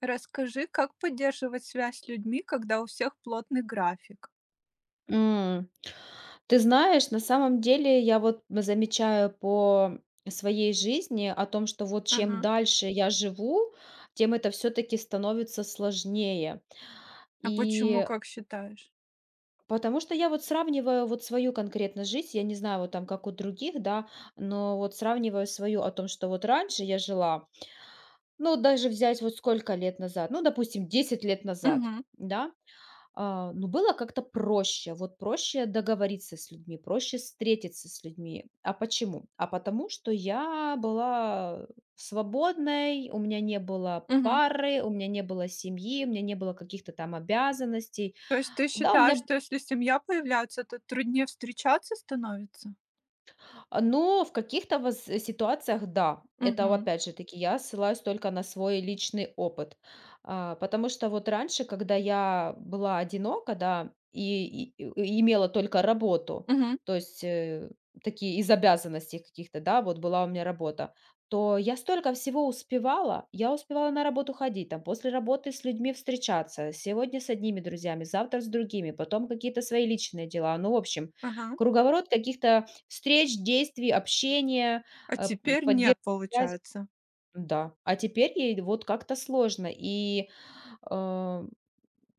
Расскажи, как поддерживать связь с людьми, когда у всех плотный график? М, Ты знаешь, на самом деле я вот замечаю по своей жизни о том, что вот чем Мгм. дальше я живу, тем это все таки становится сложнее. А почему, И как считаешь? потому что я вот сравниваю вот свою конкретно жизнь, я не знаю, вот там как у других, да, но вот сравниваю свою о том, что вот раньше я жила, ну, даже взять вот сколько лет назад, ну, допустим, 10 лет назад, Мгм. да. А, ну, было как-то проще, вот проще договориться с людьми, проще встретиться с людьми. А почему? А потому что я была свободной, у меня не было Мгм. пары, у меня не было семьи, у меня не было каких-то там обязанностей. То есть ты Да, у считаешь, меня что если семья появляется, то труднее встречаться становится? Но в каких-то воз ситуациях, да. Это, Мгм. опять же таки, я ссылаюсь только на свой личный опыт. Потому что вот раньше, когда я была одинока, да, и имела только работу, Мгм. то есть, такие из обязанностей каких-то, да, вот была у меня работа, то я столько всего успевала. Я успевала на работу ходить, там, после работы с людьми встречаться, сегодня с одними друзьями, завтра с другими, потом какие-то свои личные дела. Ну, в общем, Ага. круговорот каких-то встреч, действий, общения, А теперь нет, поддержки связи. получается. Да, а теперь ей вот как-то сложно. И, э,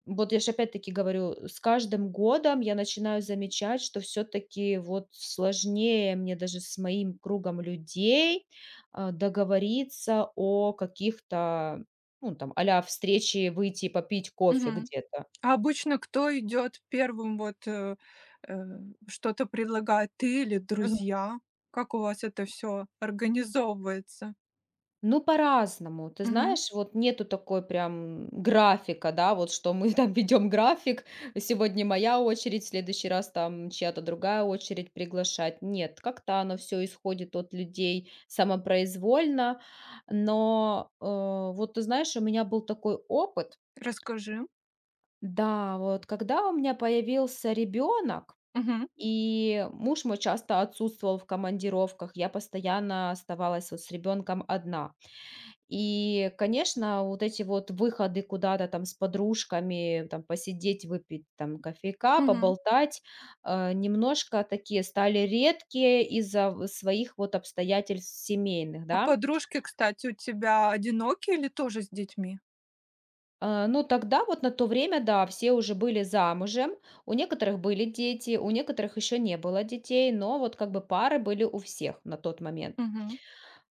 вот я ж опять-таки говорю, с каждым годом я начинаю замечать, что все таки вот сложнее мне даже с моим кругом людей, договориться о каких-то, ну, там, а-ля встрече выйти попить кофе Мгм. где-то. А обычно кто идет первым, вот э, что-то предлагает, ты или друзья? Как у вас это все организовывается? Ну, по-разному. Ты Мгм. знаешь, вот нету такой прям графика, да, вот что мы там ведем график, сегодня моя очередь, в следующий раз там чья-то другая очередь приглашать. Нет, как-то оно все исходит от людей самопроизвольно, но вот ты знаешь, у меня был такой опыт, Расскажи. да, вот когда у меня появился ребенок, Мгм. и муж мой часто отсутствовал в командировках, я постоянно оставалась вот с ребенком одна. И, конечно, вот эти вот выходы куда-то там с подружками, там посидеть, выпить там кофейка, Мгм. поболтать, немножко такие стали редкие из-за своих вот обстоятельств семейных, А да. подружки, кстати, у тебя одинокие или тоже с детьми? Ну, тогда вот на то время, да, все уже были замужем, у некоторых были дети, у некоторых еще не было детей, но вот как бы пары были у всех на тот момент. Мгм,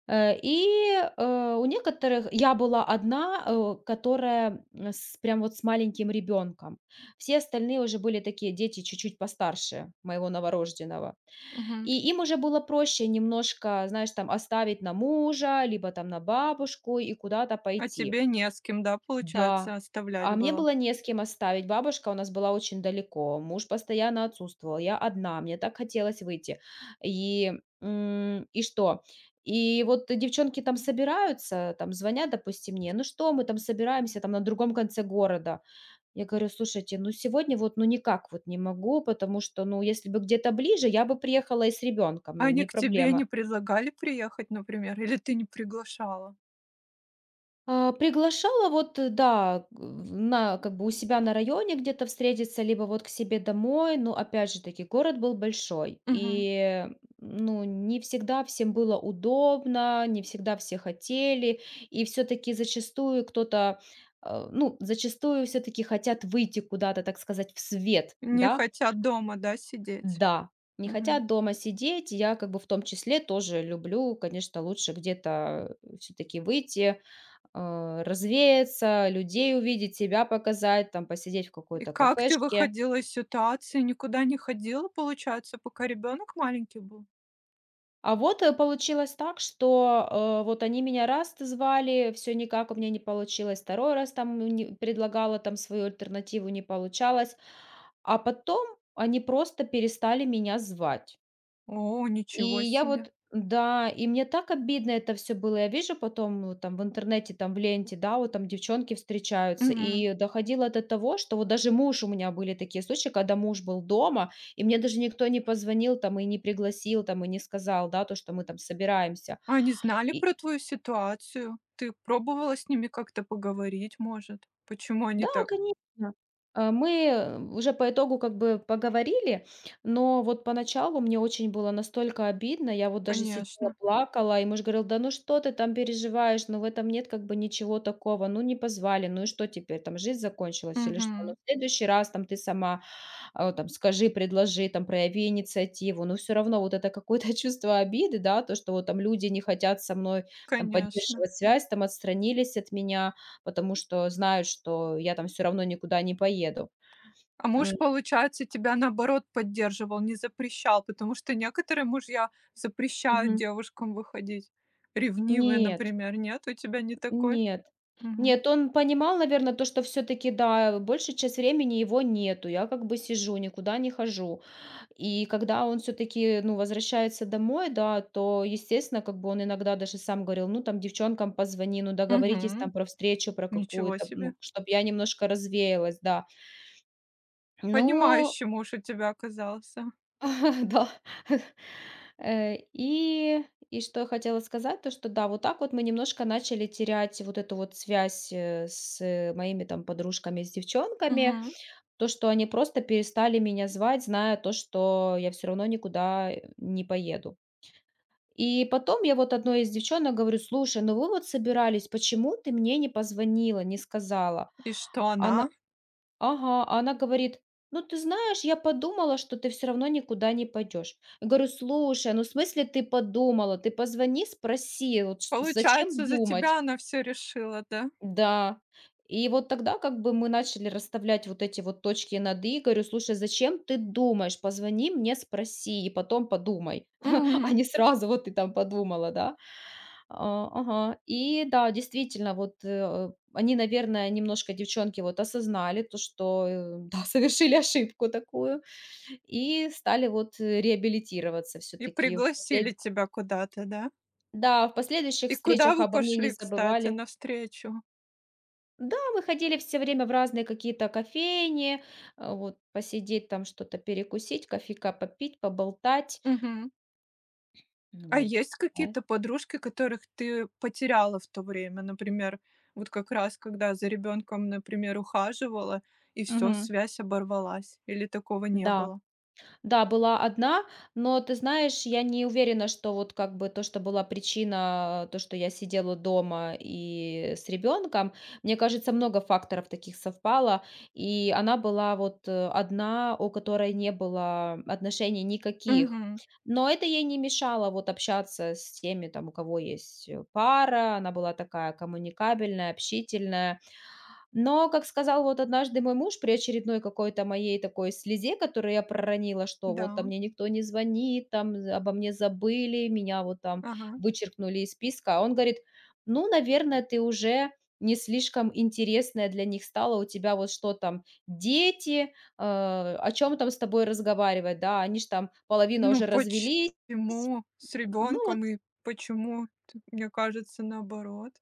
И, у некоторых я была одна, которая, с прям вот с маленьким ребенком. Все остальные уже были такие дети чуть-чуть постарше моего новорожденного. мгм. И им уже было проще немножко, знаешь, там оставить на мужа, либо там на бабушку и куда-то А пойти. тебе не с кем, да, Да. получается, оставлять А мне было? было не с кем оставить. Бабушка у нас была очень далеко, муж постоянно отсутствовал, я одна, мне так хотелось выйти. И, и что? И вот девчонки там собираются, там звонят, допустим, мне, ну что, мы там собираемся, там на другом конце города. Я говорю, слушайте, ну сегодня вот, ну никак вот не могу, потому что, ну если бы где-то ближе, я бы приехала и с ребенком, А ну они не к тебе проблема. не предлагали приехать, например, или ты не приглашала? Приглашала вот, да, г в на как бы у себя на районе где-то встретиться, либо вот к себе домой. Но опять же таки, город был большой, Мгм. и, ну, не всегда всем было удобно, не всегда все хотели. И все-таки зачастую кто-то, ну, зачастую все-таки хотят выйти куда-то, так сказать, в свет, Не да. хотят дома, да, сидеть? Да, не Мгм. хотят дома сидеть. Я как бы в том числе тоже люблю, конечно, лучше где-то все-таки выйти, развеяться, людей увидеть, себя показать, там посидеть в И какой-то как ты кафешке. выходила из ситуации? Никуда не ходила, получается, пока ребенок маленький был? А вот, получилось так, что, вот они меня раз звали, все никак у меня не получилось, второй раз там, ну, не предлагала там свою альтернативу, не получалось, а потом они просто перестали меня звать. О, И ничего я себе. вот, да, и мне так обидно это все было. Я вижу потом, ну, там в интернете, там в ленте, да, вот там девчонки встречаются. Мгм. И доходило до того, что вот даже муж, у меня были такие случаи, когда муж был дома, и мне даже никто не позвонил там и не пригласил там, и не сказал, да, то, что мы там собираемся. А они знали И про твою ситуацию? Ты пробовала с ними как-то поговорить, может? Почему они Да, так? конечно. Мы, уже по итогу как бы поговорили, но вот поначалу мне очень было настолько обидно. Я вот даже сидела, Конечно. плакала, и муж говорил: "Да ну что ты там переживаешь? Ну, в этом нет как бы ничего такого. Ну, не позвали. Ну и что теперь? Там жизнь закончилась или что? Ну, Мгм. в следующий раз там ты сама, вот там, скажи, предложи, там, прояви инициативу", но все равно вот это какое-то чувство обиды, да, то, что вот там люди не хотят со мной там Конечно. поддерживать связь, там отстранились от меня, потому что знают, что я там все равно никуда не поеду. А М. муж, получается, тебя наоборот поддерживал, не запрещал, потому что некоторые мужья запрещают Мгм. девушкам выходить. Ревнивые, Нет. например, нет? У тебя не такой? Нет. Мгм. Нет, он понимал, наверное, то, что все таки да, большую часть времени его нету. Я как бы сижу, никуда не хожу. И когда он все таки, ну, возвращается домой, да, то, естественно, как бы он иногда даже сам говорил: "Ну, там девчонкам позвони, ну, договоритесь там Мгм. про встречу, про Ничего какую-то, себе. ну, чтобы я немножко развеялась", да. Но Понимающий муж у тебя оказался. да. Э, и и что я хотела сказать, то что да, вот так вот мы немножко начали терять вот эту вот связь, с моими там подружками, с девчонками. Мгм. То, что они просто перестали меня звать, зная то, что я все равно никуда, не поеду. И потом я вот одной из девчонок говорю: "Слушай, ну вы вот собирались, почему ты мне не позвонила, не сказала?" И что она? Она Ага, а она говорит: "Ну, ты знаешь, я подумала, что ты все равно никуда не пойдешь". Я говорю: "Слушай, ну, в смысле ты подумала? Ты позвони, спроси, вот ш зачем Получается, за думать?" тебя она все решила, да? Да. И вот тогда как бы мы начали расставлять вот эти вот точки над "и". Говорю: "Слушай, зачем ты думаешь? Позвони мне, спроси и потом подумай, Мгм. а не сразу вот ты там подумала, да". Ага. И да, действительно, вот, они, наверное, немножко, девчонки, вот осознали то, что, да, совершили ошибку такую и стали вот, реабилитироваться все И таки, пригласили тебя куда-то, да? да, в последующих И куда встречах вы обо мне не пошли, кстати, забывали. навстречу? Да, мы ходили все время в разные какие-то кофейни, вот посидеть там, что-то перекусить, кофейка попить, поболтать. Мгм. А Вот, есть да. какие-то подружки, которых ты потеряла в то время? Например, вот как раз когда за ребенком, например, ухаживала, и все Мгм. связь оборвалась, или такого не Да. было? Да, была одна, но ты знаешь, я не уверена, что вот как бы то, что была причина, то, что я сидела дома и с ребенком, мне кажется, много факторов таких совпало, и она была вот, одна, у которой не было отношений никаких. Мгм. Но это ей не мешало вот общаться с теми, там, у кого есть, пара, она была такая коммуникабельная, общительная, но, как сказал вот однажды мой муж при очередной какой-то моей такой слезе, которую я проронила, что Да, вот там мне никто не звонит, там обо мне забыли, меня вот там ага. вычеркнули из списка, а он говорит, ну, наверное, ты уже не слишком интересная для них стала, у тебя вот что там, дети, о чем там с тобой разговаривать, да, они же там половина Ну уже развелись, почему с ну вот. ребенком и почему, т мне кажется, наоборот?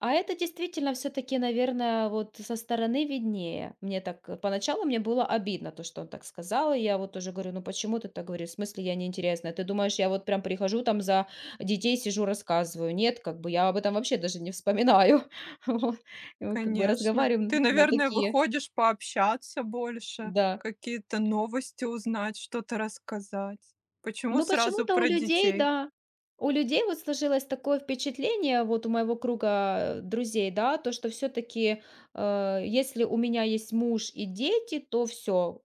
А это действительно все таки, наверное, вот со стороны виднее. Мне так, поначалу мне было обидно, то, что он так сказал. И я вот тоже говорю: "Ну почему ты так, говоришь, в смысле я неинтересная? Ты думаешь, я вот прям прихожу там за детей сижу, рассказываю? Нет, как бы я об этом вообще даже не вспоминаю". Вот. И мы как бы Конечно. Ты, разговариваем на наверное, такие, выходишь пообщаться больше, да. какие-то новости узнать, что-то рассказать. Почему Ну, сразу почему-то у про людей, детей? да. У людей вот сложилось такое впечатление, вот у моего круга друзей, да, то, что все-таки, если у меня есть муж и дети, то все,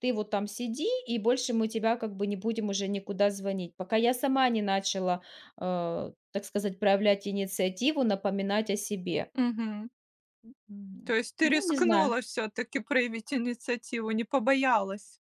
ты вот там сиди, и больше мы тебя как бы не будем уже никуда звонить. Пока я сама не начала, так сказать, проявлять инициативу, напоминать о себе. Мгм. М, То вот. есть ты Ну, не знаю. рискнула все-таки проявить инициативу, не побоялась.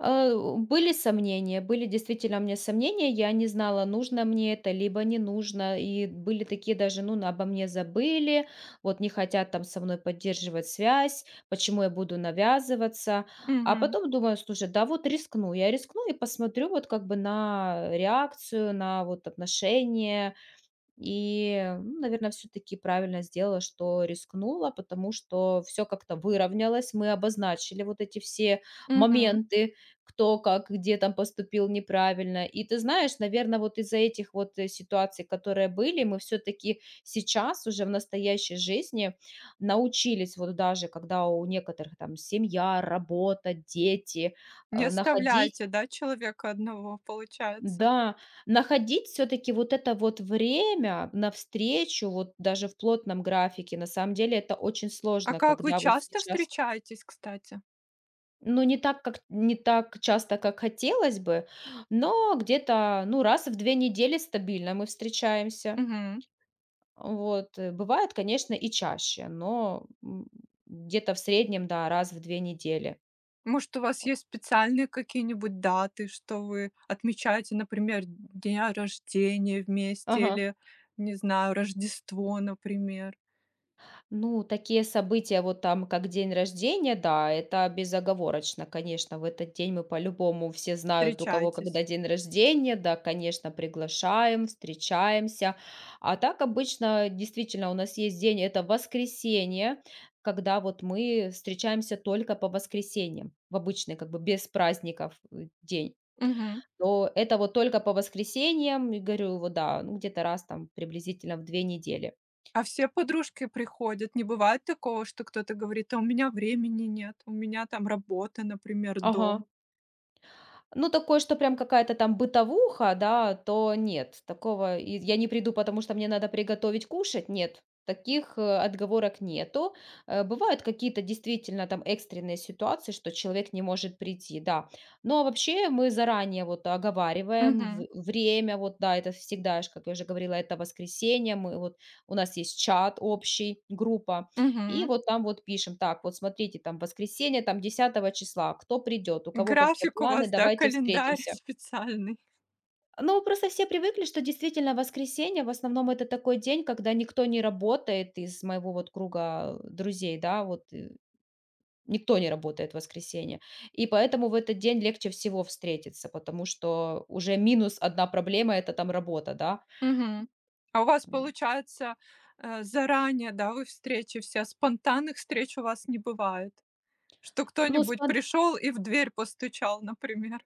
Э, Были сомнения, были действительно у меня сомнения. Я не знала, нужно мне это, либо не нужно. И были такие даже, ну, обо мне забыли, вот не хотят там со мной поддерживать связь, почему я буду навязываться. А Мгм. потом думаю, слушай, да вот рискну, я рискну и посмотрю вот как бы на реакцию, на вот отношения, и, ну, наверное, все таки правильно сделала, что рискнула, потому что все как-то выровнялось. Мы обозначили вот эти все Мгм. моменты, кто как, где там поступил неправильно. И ты знаешь, наверное, вот из-за этих вот, ситуаций, которые были, мы все таки сейчас уже в настоящей жизни научились, вот даже когда у некоторых там семья, работа, дети, Не находить, оставляете, да, человека одного, получается. да, находить все таки вот это вот время навстречу, вот даже в плотном графике. На самом деле это очень А сложно, как вы когда вот часто сейчас, встречаетесь, кстати? ну, не так, как не так часто, как хотелось бы, но где-то, ну, раз в 2 недели стабильно мы встречаемся. Мгм. Вот, бывает, конечно, и чаще, но, где-то в среднем, да, раз в 2 недели. Может, у вас Вот. есть специальные какие-нибудь даты, что вы отмечаете, например, дня рождения вместе Ага. или, не знаю, Рождество, например. Ну, такие события, вот там, как день рождения, да, это безоговорочно, конечно. В этот день мы по-любому, все знают, у кого Встречаетесь. когда день рождения, да, конечно, приглашаем, встречаемся. А так обычно, действительно, у нас есть день, это воскресенье, когда вот мы встречаемся только по воскресеньям, в обычный, как бы без праздников, день. Мгм. То это вот только по воскресеньям, и говорю, вот да, ну где-то раз там приблизительно в 2 недели. А все подружки приходят. Не бывает такого, что кто-то говорит: "А у меня времени нет, у меня там работа, например, Ага. дом". Ну, такое, что прям какая-то там бытовуха, да, то нет. Такого, и я не приду, потому что мне надо приготовить кушать. Нет, таких, отговорок нету. Бывают какие-то действительно там экстренные ситуации, что человек не может прийти, да. Но вообще мы заранее вот оговариваем Мгм. Время, вот да, это всегда, как я уже говорила, это воскресенье, мы вот, у нас есть чат общий, группа, и Мгм. вот там вот пишем: "Так, вот смотрите, там воскресенье, там 10-го числа, кто придет, у кого какие График у планы, вас, да, давайте календарь встретимся". специальный. Ну, просто все привыкли, что действительно воскресенье в основном это такой день, когда никто не работает из моего вот круга друзей, да, вот, никто не работает в воскресенье. И поэтому в этот день легче всего встретиться, потому что уже минус одна проблема — это там работа, да. Мгм. А у вас получается, заранее, да, вы встречи все, спонтанных встреч у вас не бывает? Что Ну, кто-нибудь пришел и в дверь постучал, например?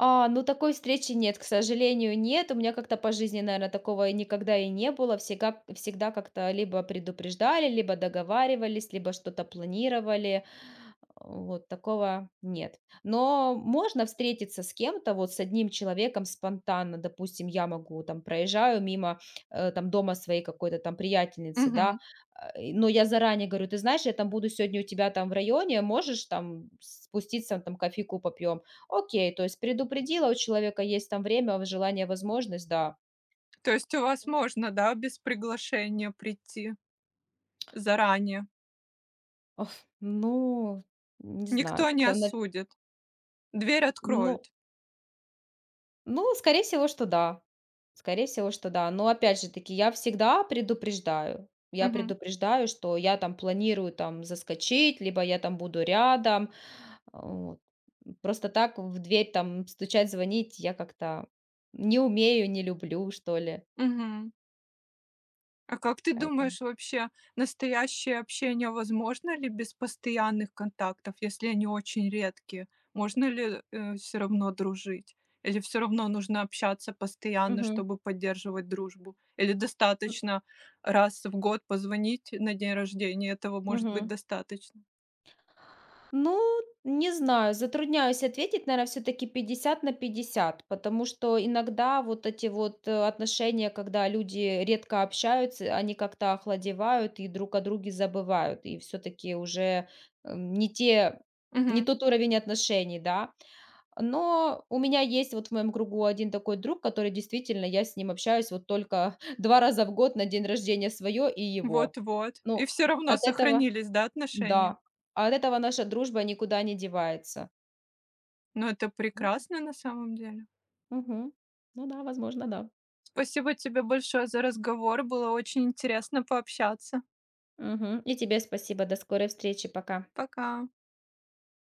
Такой встречи нет, к сожалению, нет. У меня как-то по жизни, наверное, такого и никогда и не было. Всегда, всегда как-то либо предупреждали, либо договаривались, либо что-то планировали. Вот такого нет. Но можно встретиться с кем-то, вот с одним человеком спонтанно, допустим, я могу, там, проезжаю мимо, там, дома своей какой-то там приятельницы, да, Мгм. Но я заранее говорю, ты знаешь, я там буду сегодня у тебя там в районе, можешь там спуститься, там, кофейку попьем. Окей, то есть предупредила, у человека есть там время, желание, возможность, да. То есть у вас можно, да, без приглашения прийти заранее? Ох, ну, не знаю, Никто не как-то, осудит, дверь ну. откроют. Ну, скорее всего, что да. Скорее всего, что да. Но опять же таки, я всегда предупреждаю. Я Мгм. предупреждаю, что я там планирую там заскочить, либо я там буду рядом. Вот. Просто так в дверь там стучать, звонить я как-то не умею, не люблю, что ли. Мгм. А как ты Поэтому. думаешь, вообще настоящее общение возможно ли без постоянных контактов, если они очень редкие? Можно ли все равно дружить? Или все равно нужно общаться постоянно, Мгм. чтобы поддерживать дружбу? Или М, достаточно раз в год позвонить на день рождения? Этого может быть Мгм. достаточно. Ну, не знаю, затрудняюсь ответить, наверное, все-таки 50 на 50, потому что иногда вот эти вот, отношения, когда люди редко общаются, они как-то охладевают и друг о друге забывают, и все-таки уже, не те, не Мгм. тот уровень отношений, да. Но у меня есть вот в моем кругу один такой друг, который действительно, я с ним общаюсь вот только 2 раза в год на день рождения свое и его. Вот-вот. И Ну, все равно от этого сохранились, да, отношения? да, а от этого наша дружба никуда не девается. Но это Вот. прекрасно на самом деле. Мгм. Ну да, возможно, да. Спасибо тебе большое за разговор. Было очень интересно пообщаться. Мгм. И тебе спасибо. До скорой встречи. Пока. Пока.